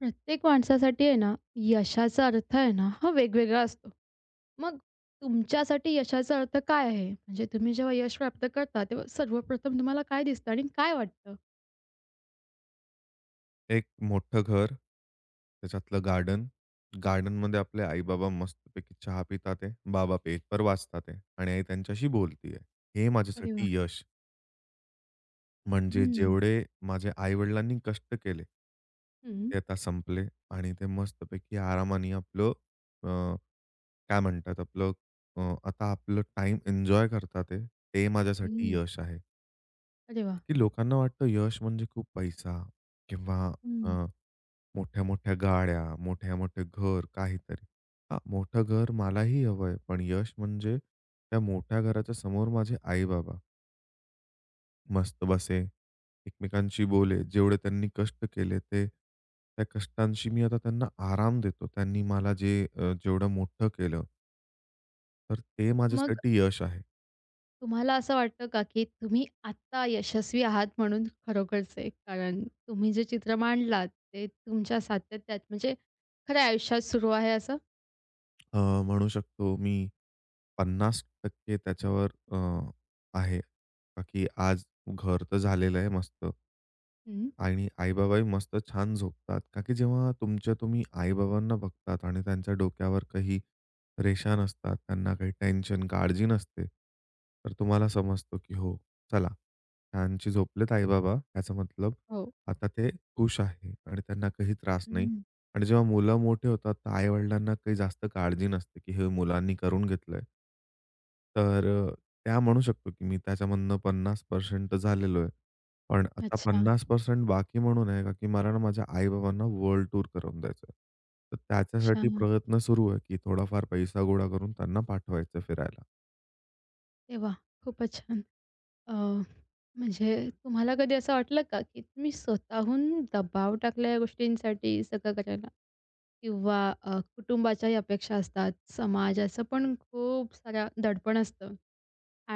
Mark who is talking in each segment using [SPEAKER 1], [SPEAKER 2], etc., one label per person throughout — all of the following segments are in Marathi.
[SPEAKER 1] प्रत्येक माणसासाठी आहे ना, यशाचा अर्थ आहे ना, हा वेगवेगळा असतो. मग तुमच्यासाठी यशाचा अर्थ काय आहे? म्हणजे तुम्ही जेव्हा यश प्राप्त करता, तेव्हा सर्वप्रथम तुम्हाला काय दिसतं आणि काय वाटतं?
[SPEAKER 2] एक मोठं घर, त्याच्यातलं गार्डन. गार्डनमध्ये आपले आई-बाबा मस्तपैकी चहा पितात आहे. बाबा पेपर वाचतात आहे आणि आई त्यांच्याशी बोलती आहे. हे
[SPEAKER 1] अरे वाह!
[SPEAKER 2] माझ्यासाठी यश म्हणजे
[SPEAKER 1] हं,
[SPEAKER 2] जेवढे माझ्या आई-वडिलांनी कष्ट केले,
[SPEAKER 1] हं,
[SPEAKER 2] ते आता संपले आणि ते मस्तपैकी आरामाने आपलं अ, काय म्हणतात आपलं अ, आता आपलं टाईम एन्जॉय करतात आहे. ते माझ्यासाठी
[SPEAKER 1] हं.
[SPEAKER 2] यश आहे.
[SPEAKER 1] अरे वाह!
[SPEAKER 2] की लोकांना वाटतं यश म्हणजे खूप पैसा किंवा अ
[SPEAKER 1] हं.
[SPEAKER 2] मोठ्या-मोठ्या गाड्या, मोठ्या-मोठे घर, काहीतरी. हां, मोठं घर मलाही हवंय, पण यश म्हणजे त्या मोठ्या घराच्या समोर माझे आई-बाबा मस्त बसे, एकमेकांशी बोले. जेवढे त्यांनी कष्ट केले ते त्या कष्टांशी मी आता त्यांना आराम देतो. त्यांनी मला जे जेवढं मोठं केलं, तर ते
[SPEAKER 1] मग
[SPEAKER 2] माझ्यासाठी यश आहे.
[SPEAKER 1] तुम्हाला असं वाटतं का, की तुम्ही आत्ता यशस्वी आहात म्हणून खरोखरचे? कारण तुम्ही जे चित्र मांडलात, ते तुमच्या सातत्यात म्हणजे खऱ्या आयुष्यात सुरू आहे असं?
[SPEAKER 2] म्हणू शकतो मी 50% त्याच्यावर आहे, का की आज घर तर झालेलं आहे मस्त.
[SPEAKER 1] हं.
[SPEAKER 2] आणि आई-बाबाही मस्त छान झोपतात. का की जेव्हा तुम्ही आई-बाबांना बघतात आणि त्यांच्या डोक्यावर काही रेषा नसतात, त्यांना काही टेन्शन, काळजी नसते, तर तुम्हाला समजतो की हो, चला छानशी झोपलेत आई याचा मतलब
[SPEAKER 1] हो.
[SPEAKER 2] आता ते खुश आहे आणि त्यांना काही त्रास नाही.
[SPEAKER 1] हं.
[SPEAKER 2] आणि जेव्हा मुलं मोठे होतात, तर आई-वडिलांना काही जास्त काळजी नसते, की हे मुलांनी करून घेतलंय. तर त्या म्हणू शकतो, की मी त्याच्यामधनं 50% झालेलो आहे. पण आता
[SPEAKER 1] अच्छा.
[SPEAKER 2] 50% बाकी म्हणून आहे का, की मला ना माझ्या आई-बाबांना वर्ल्ड टूर करवून द्यायचं आहे. तर
[SPEAKER 1] अच्छा.
[SPEAKER 2] त्याच्यासाठी प्रयत्न सुरू आहे, की थोडाफार पैसा गोळा करून त्यांना पाठवायचं फिरायला.
[SPEAKER 1] अरे वाह! खूपच छान. अ, म्हणजे तुम्हाला कधी असं वाटलं का, की तुम्ही स्वतःहून दबाव टाकला या गोष्टींसाठी सगळं करायला? किंवा कुटुंबाच्याही अपेक्षा असतात, समाजाचं पण खूप सारा दडपण असतं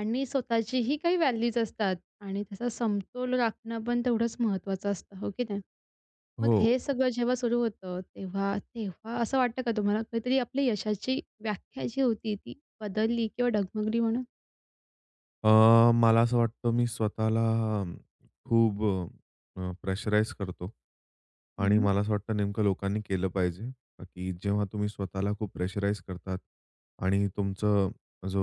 [SPEAKER 1] आणि स्वतःचीही काही व्हॅल्यूज असतात आणि त्याचा समतोल राखणं पण तेवढंच महत्त्वाचं असतं, हो की नाही? मग
[SPEAKER 2] हो.
[SPEAKER 1] हे सगळं जेव्हा सुरू होतं, तेव्हा तेव्हा असं वाटतं का तुम्हाला कधीतरी आपली यशाची व्याख्या जी होती ती बदलली किंवा डगमगली म्हणून?
[SPEAKER 2] मला असं वाटतं मी स्वतःला अं, खूप प्रेशराईज करतो आणि
[SPEAKER 1] हं.
[SPEAKER 2] मला असं वाटतं नेमकं लोकांनी केलं पाहिजे, का की जेव्हा तुम्ही स्वतःला खूप प्रेशराईज करतात आणि तुमचं जो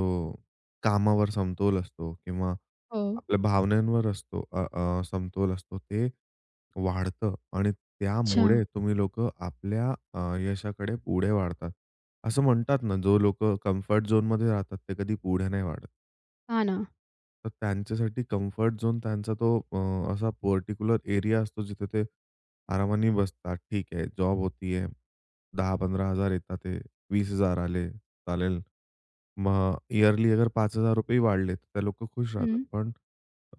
[SPEAKER 2] कामावर समतोल असतो किंवा
[SPEAKER 1] हो.
[SPEAKER 2] आपल्या भावनांवर असतो अ, अ, समतोल असतो ते वाढतं आणि
[SPEAKER 1] अच्छा.
[SPEAKER 2] त्यामुळे तुम्ही लोकं आपल्या यशाकडे पुढे वाढतात. असं म्हणतात ना, जो लोकं कम्फर्ट झोनमध्ये राहतात ते कधी पुढे नाही वाढत.
[SPEAKER 1] हा ना.
[SPEAKER 2] तर त्यांच्यासाठी कम्फर्ट झोन त्यांचा तो असा पर्टिक्युलर एरिया असतो जिथे ते आरामाने बसतात. ठीक आहे, जॉब होतीये. 10,000 हजार येतात ते 20,000 आले, चालेल. मग इयरली अगर ₹5,000 वाढले, तर ते लोकं खुश राहतात.
[SPEAKER 1] हं.
[SPEAKER 2] पण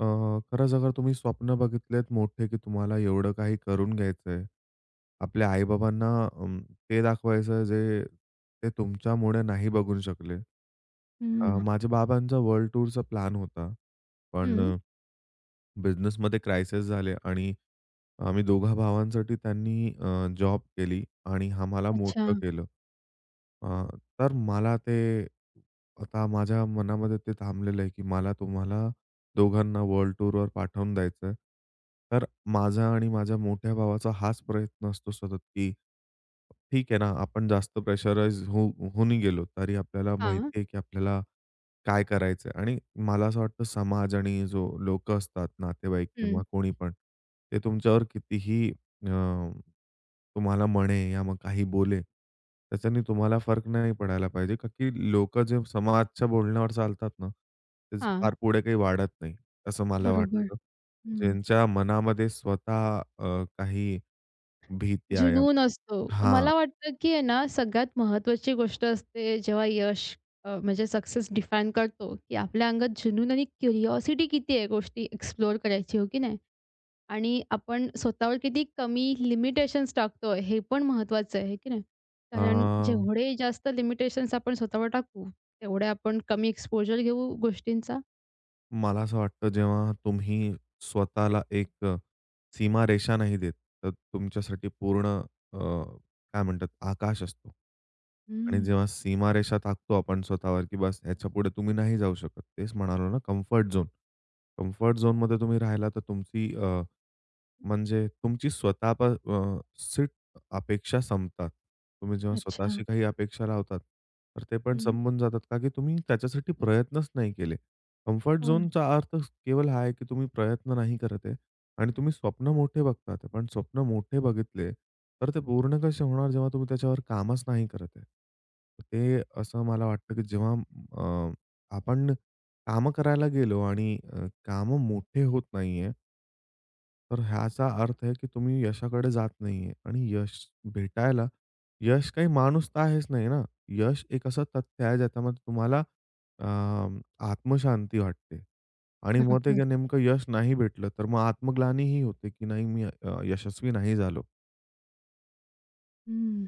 [SPEAKER 2] अ, खरंच अगर तुम्ही स्वप्न बघितलेत मोठे, की तुम्हाला एवढं काही करून घ्यायचंय. आपल्या आई-बाबांना ते दाखवायचं जे ते तुमच्यामुळे नाही बघू शकले.
[SPEAKER 1] हं,
[SPEAKER 2] माझ्या बाबांचा वर्ल्ड टूरचा प्लॅन होता. पण
[SPEAKER 1] हं.
[SPEAKER 2] बिझनेसमध्ये क्रायसिस झाले आणि आम्ही दोघा भावांसाठी त्यांनी जॉब केली आणि आम्हाला
[SPEAKER 1] अच्छा.
[SPEAKER 2] मोठं केलं. अ, तर मला ते आता माझ्या मनामध्ये ते थांबलेलं आहे, की मला तुम्हाला दोघांना वर्ल्ड टूरवर पाठवून द्यायचंय. तर माझा आणि माझ्या मोठ्या भावाचा हाच प्रयत्न असतो सतत, की ठीक आहे ना, आपण जास्त प्रेशराइज होऊनही गेलो, तरी आपल्याला
[SPEAKER 1] हां.
[SPEAKER 2] माहिती आहे, की आपल्याला काय करायचं? आणि मला असं वाटतं समाज आणि जो लोकं असतात, नातेवाईक
[SPEAKER 1] हं.
[SPEAKER 2] किंवा कोणी पण, ते तुमच्यावर कितीही अ, तुम्हाला म्हणे या मग काही बोले, त्याच्याने तुम्हाला फरक नाही पडायला पाहिजे, का की लोकं जे समाजच्या बोलण्यावर चालतात ना, ते
[SPEAKER 1] हां.
[SPEAKER 2] फार पुढे काही वाढत नाही, असं मला
[SPEAKER 1] बरोबर.
[SPEAKER 2] वाटतं.
[SPEAKER 1] हं.
[SPEAKER 2] ज्यांच्या मनामध्ये स्वतः काही भीत्या या
[SPEAKER 1] जुनून असतो.
[SPEAKER 2] हां.
[SPEAKER 1] मला वाटतं, की आहे ना, सगळ्यात महत्त्वाची गोष्ट असते जेव्हा यश म्हणजे सक्सेस डिफाईन करतो, की आपल्या अंगात जुनून आणि क्युरिओसिटी किती आहे गोष्टी एक्सप्लोर करायची, हो की नाही? आणि आपण स्वतःवर किती कमी लिमिटेशन्स टाकतोय हे पण महत्त्वाचं आहे, हो की नाही? कारण जेवढे जास्त लिमिटेशन्स आपण स्वतःवर टाकू, तेवढे आपण कमी एक्सपोजर घेऊ गोष्टींचा.
[SPEAKER 2] मला असं वाटतं जेव्हा तुम्ही स्वतःला एक सीमारेषा नाही देत, तर तुमच्यासाठी पूर्ण अ, काय म्हणतात आकाश असतो. आणि
[SPEAKER 1] हं.
[SPEAKER 2] जेव्हा सीमारेषा टाकतो आपण स्वतःवर, की बस ह्याच्यापुढे तुम्ही नाही जाऊ शकत. तेच म्हणालो ना कम्फर्ट झोन. कम्फर्ट झोनमध्ये तुम्ही राहिला तर तुमची म्हणजे तुमची स्वतः सीट अपेक्षा संपतात. तुम्ही जेव्हा
[SPEAKER 1] अच्छा.
[SPEAKER 2] स्वतःशी काही अपेक्षा लावतात, तर ते पण
[SPEAKER 1] हं.
[SPEAKER 2] संपून जातात का की तुम्ही त्याच्यासाठी प्रयत्नच नाही केले. कम्फर्ट
[SPEAKER 1] हो ना.
[SPEAKER 2] झोनचा अर्थ केवळ हा आहे, की तुम्ही प्रयत्न नाही करत आहे आणि तुम्ही स्वप्न मोठे बघतात. पण स्वप्न मोठे बघितले, तर ते पूर्ण कसे होणार जेव्हा तुम्ही त्याच्यावर कामच नाही करत आहे. ते असं मला वाटतं, की जेव्हा अ, आपण कामं करायला गेलो आणि कामं मोठे होत नाहीये, तर ह्याचा अर्थ आहे, की तुम्ही यशाकडे जात नाहीये आणि यश भेटायला यश काही माणूस तर आहेच नाही ना. यश एक असं तथ्य आहे ज्याच्यामध्ये तुम्हाला अ, आत्मशांती वाटते आणि मग ते
[SPEAKER 1] बरोबर.
[SPEAKER 2] नेमकं यश नाही भेटलं, तर मग आत्मग्लानीही होते, की नाही मी यशस्वी नाही झालो.
[SPEAKER 1] हं.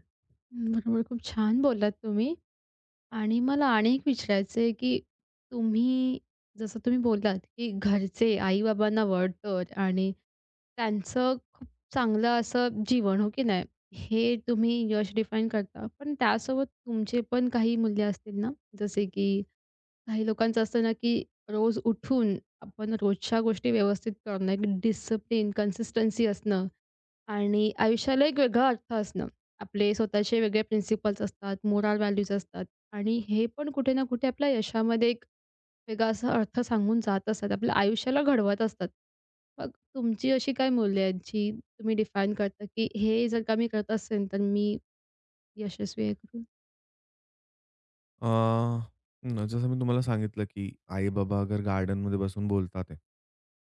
[SPEAKER 1] बरोबर. खूप छान बोललात तुम्ही आणि मला आणि एक विचारायचं आहे, की तुम्ही जसं तुम्ही बोललात, की घरचे आई-बाबांना वळतं आणि त्यांचं खूप चांगलं असं जीवन, हो की नाही? हे तुम्ही यश डिफाईन करता. पण त्यासोबत तुमचे पण काही मूल्य असतील ना? जसे की काही लोकांचं असतं ना, की रोज उठून आपण रोजच्या गोष्टी व्यवस्थित करणं, एक डिसिप्लिन, कन्सिस्टन्सी असणं आणि आयुष्याला एक वेगळा अर्थ असणं. आपले स्वतःचे वेगळे प्रिन्सिपल्स असतात, मोराल व्हॅल्यूज असतात आणि हे पण कुठे ना कुठे आपल्या यशामध्ये एक वेगळा असा अर्थ सांगून जात असतात. आपल्या आयुष्याला घडवत असतात. मग तुमची अशी काय मूल्य आहेत, जी तुम्ही डिफाईन करता, की हे जर का मी करत असेल, तर मी यशस्वी आहे?
[SPEAKER 2] अ, न जसं मी तुम्हाला सांगितलं, की आई-बाबा अगर गार्डनमध्ये बसून बोलतात आहे,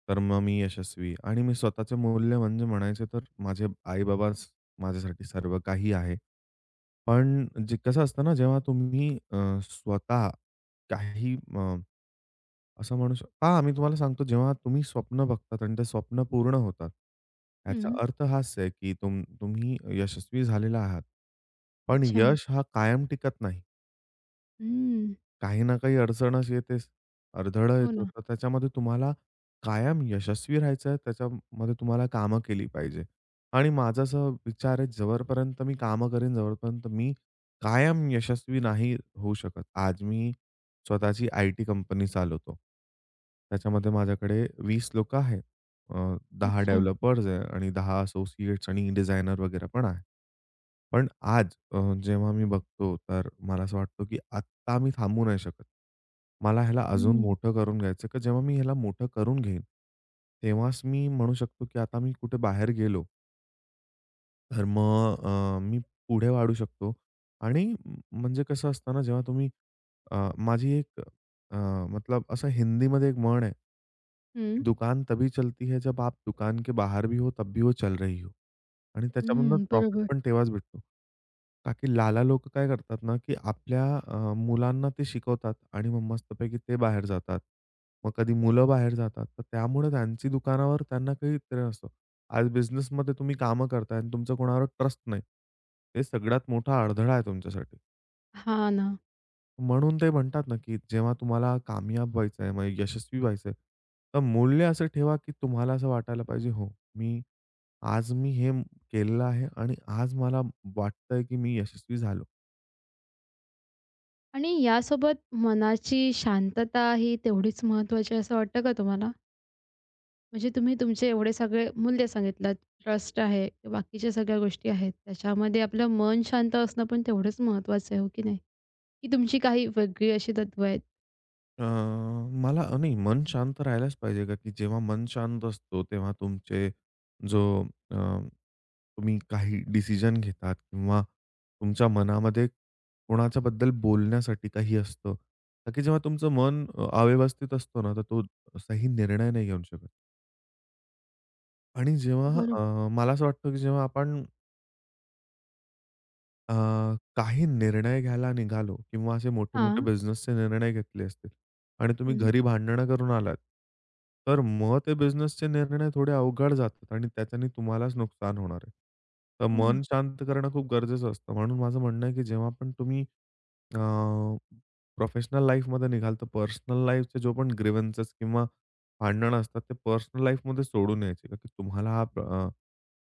[SPEAKER 2] तर मग मी यशस्वी आणि मी स्वतःचे मूल्य म्हणजे म्हणायचे तर माझे आई-बाबाच माझ्यासाठी सर्व काही आहे. पण जे कसं असतं ना, जेव्हा तुम्ही स्वतः काही असं म्हणू शक पहा मी तुम्हाला सांगतो, जेव्हा तुम्ही स्वप्न बघतात आणि ते स्वप्न पूर्ण होतात, याचा
[SPEAKER 1] हं.
[SPEAKER 2] अर्थ हाच आहे, की तुम्ही यशस्वी झालेला आहात. पण
[SPEAKER 1] अच्छा.
[SPEAKER 2] यश हा कायम टिकत नाही.
[SPEAKER 1] हं.
[SPEAKER 2] काही ना काही अडचणच येतेच. अडथळा
[SPEAKER 1] हो
[SPEAKER 2] येतो.
[SPEAKER 1] ना.
[SPEAKER 2] तर त्याच्यामध्ये तुम्हाला कायम यशस्वी राहायचं आहे. त्याच्यामध्ये तुम्हाला कामं केली पाहिजे. आणि माझा असा विचार आहे, जवळपर्यंत मी कामं करेन, जवळपर्यंत मी कायम यशस्वी नाही होऊ शकत. आज मी स्वतःची आय-टी कंपनी चालवतो. त्याच्यामध्ये माझ्याकडे 20 लोकं आहेत. अ, 10
[SPEAKER 1] अच्छा.
[SPEAKER 2] डेव्हलपर्स आहे आणि 10 असोसिएट्स आणि डिझायनर वगैरे पण आहे. पण आज जेव्हा मी बघतो, तर मला असं वाटतं की तर आम्ही थांबू नाही शकत. मला ह्याला अजून
[SPEAKER 1] हं.
[SPEAKER 2] मोठं करून घ्यायचं आहे, जेव्हा मी ह्याला मोठं करून घेईन, तेव्हाच मी म्हणू शकतो, की आता मी कुठे बाहेर गेलो, तर मग मी पुढे वाढू शकतो आणि म्हणजे कसं असतं ना, जेव्हा तुम्ही माझी एक अ, मतलब असं हिंदीमध्ये एक म्हण आहे,
[SPEAKER 1] हं.
[SPEAKER 2] "दुकान तभी चलती है, जब आप दुकान के बाहर भी हो, तब भी वो चल रही हो" आणि त्याच्यामधनं
[SPEAKER 1] हं,
[SPEAKER 2] प्रॉफिट
[SPEAKER 1] बरोबर.
[SPEAKER 2] पण तेव्हाच भेटतो. का की लाला लोकं काय करतात ना, की आपल्या मुलांना ते शिकवतात आणि मग मस्तपैकी ते बाहेर जातात. मग कधी मुलं बाहेर जातात, तर त्यामुळे त्यांची दुकानावर त्यांना काही त्रास नसतो. आज बिझनेसमध्ये तुम्ही कामं करताय आणि तुमचा कोणावर ट्रस्ट नाही. हे सगळ्यात मोठा अडथळा आहे तुमच्यासाठी.
[SPEAKER 1] हां ना.
[SPEAKER 2] म्हणून ते म्हणतात ना, की जेव्हा तुम्हाला कामयाब व्हायचंय, मग यशस्वी व्हायचंय, तर मूल्य असं ठेवा, की तुम्हाला असं वाटायला पाहिजे, "हो, मी आज मी हे केलेलं आहे आणि आज मला वाटतंय, की मी यशस्वी झालो."
[SPEAKER 1] आणि यासोबत मनाची शांतता ही तेवढीच महत्त्वाची असं वाटतं का तुम्हाला? म्हणजे तुम्ही तुमचे एवढे सगळे मूल्य सांगितलात, ट्रस्ट आहे, बाकीच्या सगळ्या गोष्टी आहेत. त्याच्यामध्ये आपलं मन शांत असणं पण तेवढंच महत्त्वाचं आहे, हो की नाही? की तुमची काही वेगळी अशी तत्व आहेत?
[SPEAKER 2] अ, मला नाही मन शांत राहायलाच पाहिजे का, की जेव्हा मन शांत असतो, तेव्हा तुमचे जो अ, तुम्ही काही डिसिजन घेतात किंवा तुमच्या मनामध्ये कोणाच्याबद्दल बोलण्यासाठी काही असतं. का की जेव्हा तुमचं मन अव्यवस्थित असतो ना, तर तो सही निर्णय नाही घेऊ शकत. आणि जेव्हा
[SPEAKER 1] बरोबर.
[SPEAKER 2] मला असं वाटतं, की जेव्हा आपण अ, काही निर्णय घ्यायला निघालो किंवा असे मोठे-मोठे
[SPEAKER 1] हां.
[SPEAKER 2] बिझनेसचे निर्णय घेतले असतील आणि तुम्ही
[SPEAKER 1] हं.
[SPEAKER 2] घरी भांडणं करून आलात, तर मग ते बिझनेसचे निर्णय थोडे अवघड जातात आणि त्याच्याने तुम्हालाच नुकसान होणार आहे. तर
[SPEAKER 1] हो ना.
[SPEAKER 2] मन शांत करणं खूप गरजेचं असतं. म्हणून माझं म्हणणं आहे, की जेव्हा पण तुम्ही अ, प्रोफेशनल लाईफमध्ये निघाल, तर पर्सनल लाईफचे जो पण ग्रीव्हन्सेस किंवा भांडणं असतात, ते पर्सनल लाईफमध्ये सोडून यायचे. का की तुम्हाला हा प्र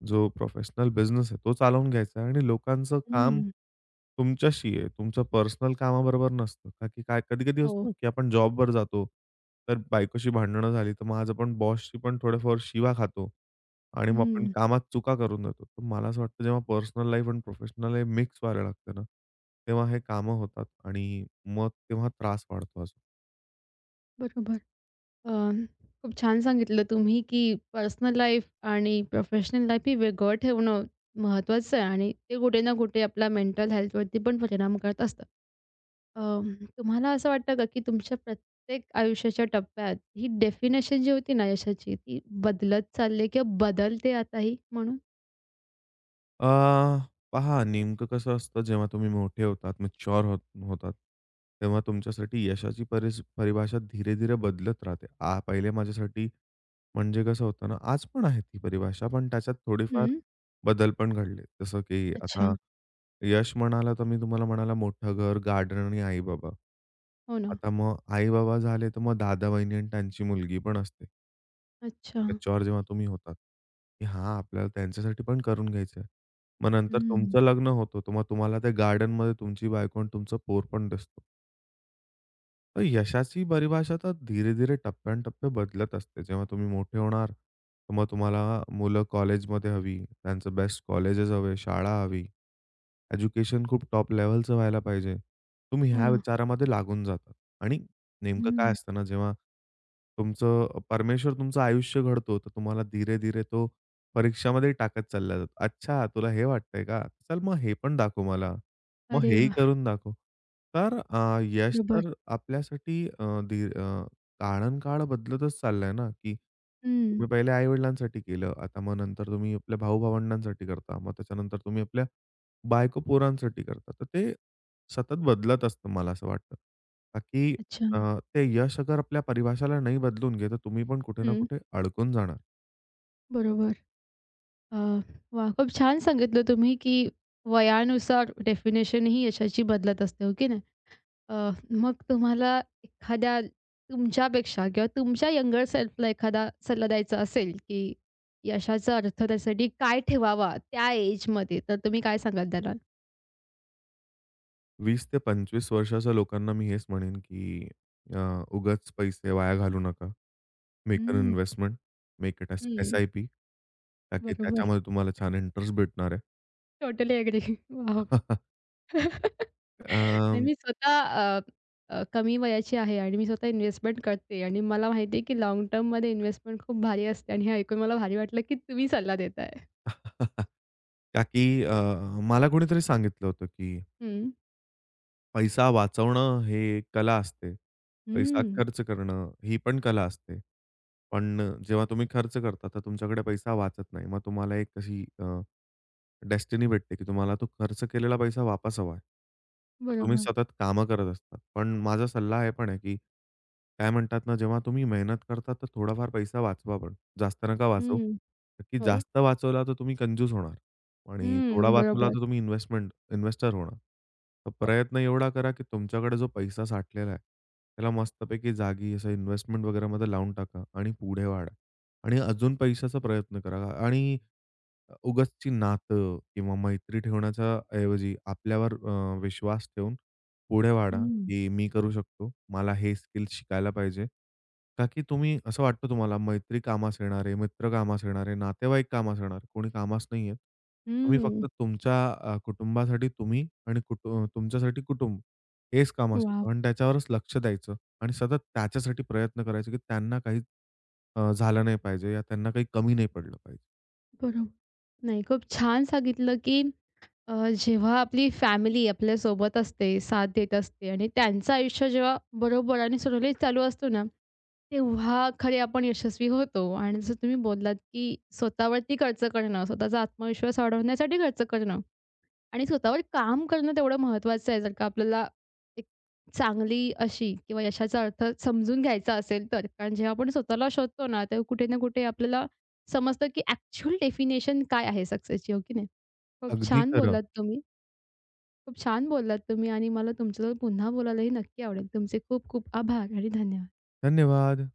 [SPEAKER 2] जो प्रोफेशनल बिझनेस आहे तो चालवून घ्यायचा आहे आणि लोकांचं काम
[SPEAKER 1] हं.
[SPEAKER 2] तुमच्याशी आहे. तुमचं पर्सनल कामाबरोबर नसतं. का की काय कधी-कधी
[SPEAKER 1] हो.
[SPEAKER 2] असतं ना, की आपण जॉबवर जातो, तर बायकोशी भांडणं झाली, तर मग आज आपण बॉसशी पण थोड्याफार शिवा खातो आणि मग आपण
[SPEAKER 1] हं.
[SPEAKER 2] कामात चुका करून देतो. तर मला असं वाटतं जेव्हा पर्सनल लाईफ आणि प्रोफेशनल लाईफ मिक्स व्हायला लागते ना, तेव्हा हे कामं होतात आणि मग तेव्हा त्रास वाढतो.
[SPEAKER 1] बरोबर. अ, खूप छान सांगितलं तुम्ही, की पर्सनल लाईफ आणि प्रोफेशनल लाईफ हे वेगळं ठेवणं महत्त्वाचं आहे आणि ते कुठे ना कुठे आपल्या मेंटल हेल्थवरती पण परिणाम करत असतात. अ, तुम्हाला असं वाटतं का, की तुमच्या प्रत्येक आयुष्याच्या टप्प्यात ही डेफिनेशन जी होती ना यशाची, ती बदलत चालली आहे किंवा बदलते आताही म्हणून?
[SPEAKER 2] अ, पहा नेमकं कसं असतं जेव्हा तुम्ही मोठे होतात, मॅच्युअर होतात, तेव्हा तुमच्यासाठी यशाची परिभाषा धीरे-धीरे बदलत राहते. पहिले माझ्यासाठी म्हणजे कसं होतं ना, आज पण आहे ती परिभाषा, पण त्याच्यात थोडीफार
[SPEAKER 1] हं.
[SPEAKER 2] बदल पण घडले. जसं की
[SPEAKER 1] अच्छा.
[SPEAKER 2] आता यश म्हणाला, तर मी तुम्हाला म्हणाला मोठं घर, गार्डन आणि आई-बाबा.
[SPEAKER 1] हो ना.
[SPEAKER 2] आता मग आई-बाबा झाले, तर मग दादा-वहिनी आणि त्यांची मुलगी पण असते.
[SPEAKER 1] अच्छा.
[SPEAKER 2] मॅच्युअर जेव्हा तुम्ही होतात, की हां, आपल्याला त्यांच्यासाठी पण करून घ्यायचं मग नंतर
[SPEAKER 1] हं.
[SPEAKER 2] तुमचं लग्न होतं, तर मग तुम्हाला त्या गार्डनमध्ये तुमची बायको आणि तुमचं पोर पण दिसतो. तर यशाची परिभाषा तर धीरे-धीरे, टप्प्यान-टप्पे बदलत असते. जेव्हा तुम्ही मोठे होणार, तर मग तुम्हाला मुलं कॉलेजमध्ये हवी, त्यांचं बेस्ट कॉलेजेस हवे, शाळा हवी. एज्युकेशन खूप टॉप लेव्हलचं व्हायला पाहिजे. तुम्ही
[SPEAKER 1] हो
[SPEAKER 2] ह्या
[SPEAKER 1] ना.
[SPEAKER 2] विचारामध्ये लागून जातात आणि नेमकं काय
[SPEAKER 1] हं.
[SPEAKER 2] असतं ना, जेव्हा तुमचं परमेश्वर तुमचं आयुष्य घडतो, तर तुम्हाला धीरे-धीरे तो परीक्षामध्ये टाकत चालला जातो. "अच्छा, तुला हे वाटतंय का? चल मग हे पण दाखव मला." मग
[SPEAKER 1] अरे
[SPEAKER 2] हेही
[SPEAKER 1] वाह!
[SPEAKER 2] करून दाखव. तर अ, यश
[SPEAKER 1] बरोबर.
[SPEAKER 2] तर आपल्यासाठी अ, दी अ, काळानुकाळ बदलतच चाललंय ना, की
[SPEAKER 1] हं.
[SPEAKER 2] तुम्ही पहिले आई-वडिलांसाठी केलं. आता मग नंतर तुम्ही आपल्या भाऊ-भावंडांसाठी करता. मग त्याच्यानंतर तुम्ही आपल्या बायको-पोरांसाठी करता. तर ते सतत बदलत असतं मला असं वाटतं. का की
[SPEAKER 1] अच्छा.
[SPEAKER 2] अ, ते यश अगर आपल्या परिभाषाला नाही बदलून घेत, तर तुम्ही पण कुठे ना
[SPEAKER 1] हं.
[SPEAKER 2] कुठे अडकून जाणार.
[SPEAKER 1] बरोबर. अ, वाह! खूप छान सांगितलं तुम्ही, की वयानुसार डेफिनेशन ही यशाची बदलत असते, हो की नाही? अ, मग तुम्हाला एखाद्या तुमच्यापेक्षा किंवा तुमच्या यंगर सेल्फला एखादा सल्ला द्यायचा असेल, की यशाचा अर्थ त्यासाठी काय ठेवावा त्या एजमध्ये, तर तुम्ही काय सांगाल त्याला?
[SPEAKER 2] 20 ते 25 वर्षाच्या लोकांना मी हेच म्हणेन, की अ, उगाच पैसे वाया घालवू नका. Make an
[SPEAKER 1] hmm,
[SPEAKER 2] investment, make it
[SPEAKER 1] hmm.
[SPEAKER 2] SIP. का की
[SPEAKER 1] बरोबर.
[SPEAKER 2] त्याच्यामध्ये तुम्हाला छान इंटरेस्ट भेटणार आहे.
[SPEAKER 1] Totally agree. वॉव!
[SPEAKER 2] अ,
[SPEAKER 1] नाही मी स्वतः कमी वयाची आहे आणि मी स्वतः इन्व्हेस्टमेंट करते आणि मला माहिती आहे की लाँग टर्ममध्ये इन्व्हेस्टमेंट खूप भारी असते आणि हे ऐकून मला भारी वाटलं की तुम्ही सल्ला देताय.
[SPEAKER 2] का की मला कोणीतरी सांगितलं होतं, की
[SPEAKER 1] हं.
[SPEAKER 2] पैसा वाचवणं हे एक कला असते. पैसा
[SPEAKER 1] हं.
[SPEAKER 2] खर्च नक्कीच. करणं ही पण कला असते. पण जेव्हा तुम्ही खर्च करता, तर तुमच्याकडे पैसा वाचत नाही. मग तुम्हाला एक अशी डेस्टिनी भेटते, की तुम्हाला तो खर्च केलेला पैसा वापस हवा आहे. तर तुम्ही
[SPEAKER 1] बरोबर.
[SPEAKER 2] सतत कामं करत असतात. पण माझा सल्ला हे पण आहे, की काय म्हणतात ना, जेव्हा तुम्ही मेहनत करता, तर थोडाफार पैसा वाचवा पण. जास्त नका वाचवू,
[SPEAKER 1] हं.
[SPEAKER 2] की
[SPEAKER 1] हो.
[SPEAKER 2] जास्त वाचवला तर तुम्ही कंजूस होणार आणि थोडा
[SPEAKER 1] हं.
[SPEAKER 2] वाचवला
[SPEAKER 1] बरोबर.
[SPEAKER 2] तर तुम्ही इन्व्हेस्टर होणार. तर
[SPEAKER 1] हो.
[SPEAKER 2] प्रयत्न एवढा करा, की तुमच्याकडे जो पैसा साठलेला आहे, त्याला मस्तपैकी जागी असं इन्व्हेस्टमेंट वगैरेमध्ये लावून टाका आणि पुढे वाढा आणि अजून पैशाचा प्रयत्न करा आणि उगाचची नातं किंवा मैत्री ठेवण्याच्या ऐवजी आपल्यावर विश्वास ठेवून पुढे वाढा,
[SPEAKER 1] हं.
[SPEAKER 2] की मी करू शकतो. मला हे स्किल शिकायला पाहिजे. का की तुम्ही असं वाटतं तुम्हाला मैत्री कामास येणार आहे, मित्र कामास येणार आहे, नातेवाईक कामास येणार आहे. कोणी कामास नाहीये. तुम्ही फक्त
[SPEAKER 1] हं.
[SPEAKER 2] तुमच्या कुटुंबासाठी तुम्ही आणि तुमच्यासाठी कुटुंब हेच कामास
[SPEAKER 1] वाह!
[SPEAKER 2] येतं आणि त्याच्यावरच लक्ष द्यायचं आणि सतत त्याच्यासाठी प्रयत्न करायचे, की त्यांना काही झालं नाही पाहिजे या त्यांना काही कमी नाही पडलं पाहिजे.
[SPEAKER 1] बरोबर. नाही खूप छान सांगितलं की जेव्हा आपली फॅमिली आपल्यासोबत असते, साथ देत असते आणि त्यांचं आयुष्य जेव्हा बरोबर आणि सुरळीत चालू असतो ना, तेव्हा खरे आपण यशस्वी होतो. आणि जसं तुम्ही बोललात, की स्वतःवरती खर्च करणं, स्वतःचा आत्मविश्वास वाढवण्यासाठी खर्च करणं आणि स्वतःवर काम करणं तेवढं महत्त्वाचं आहे. जर का आपल्याला एक चांगली अशी किंवा यशाचा अर्थ समजून घ्यायचा असेल तर. कारण जेव्हा आपण स्वतःला शोधतो ना, तेव्हा कुठे ना कुठे आपल्याला समजतं, की ॲक्चुअल डेफिनेशन काय आहे सक्सेसची, हो की नाही? खूप
[SPEAKER 2] अगदी
[SPEAKER 1] छान
[SPEAKER 2] खरं.
[SPEAKER 1] बोललात तुम्ही. खूप छान बोललात तुम्ही आणि मला तुमच्याजवळ पुन्हा बोलायलाही नक्की आवडेल. तुमचे खूप खूप आभार आणि धन्यवाद.
[SPEAKER 2] धन्यवाद.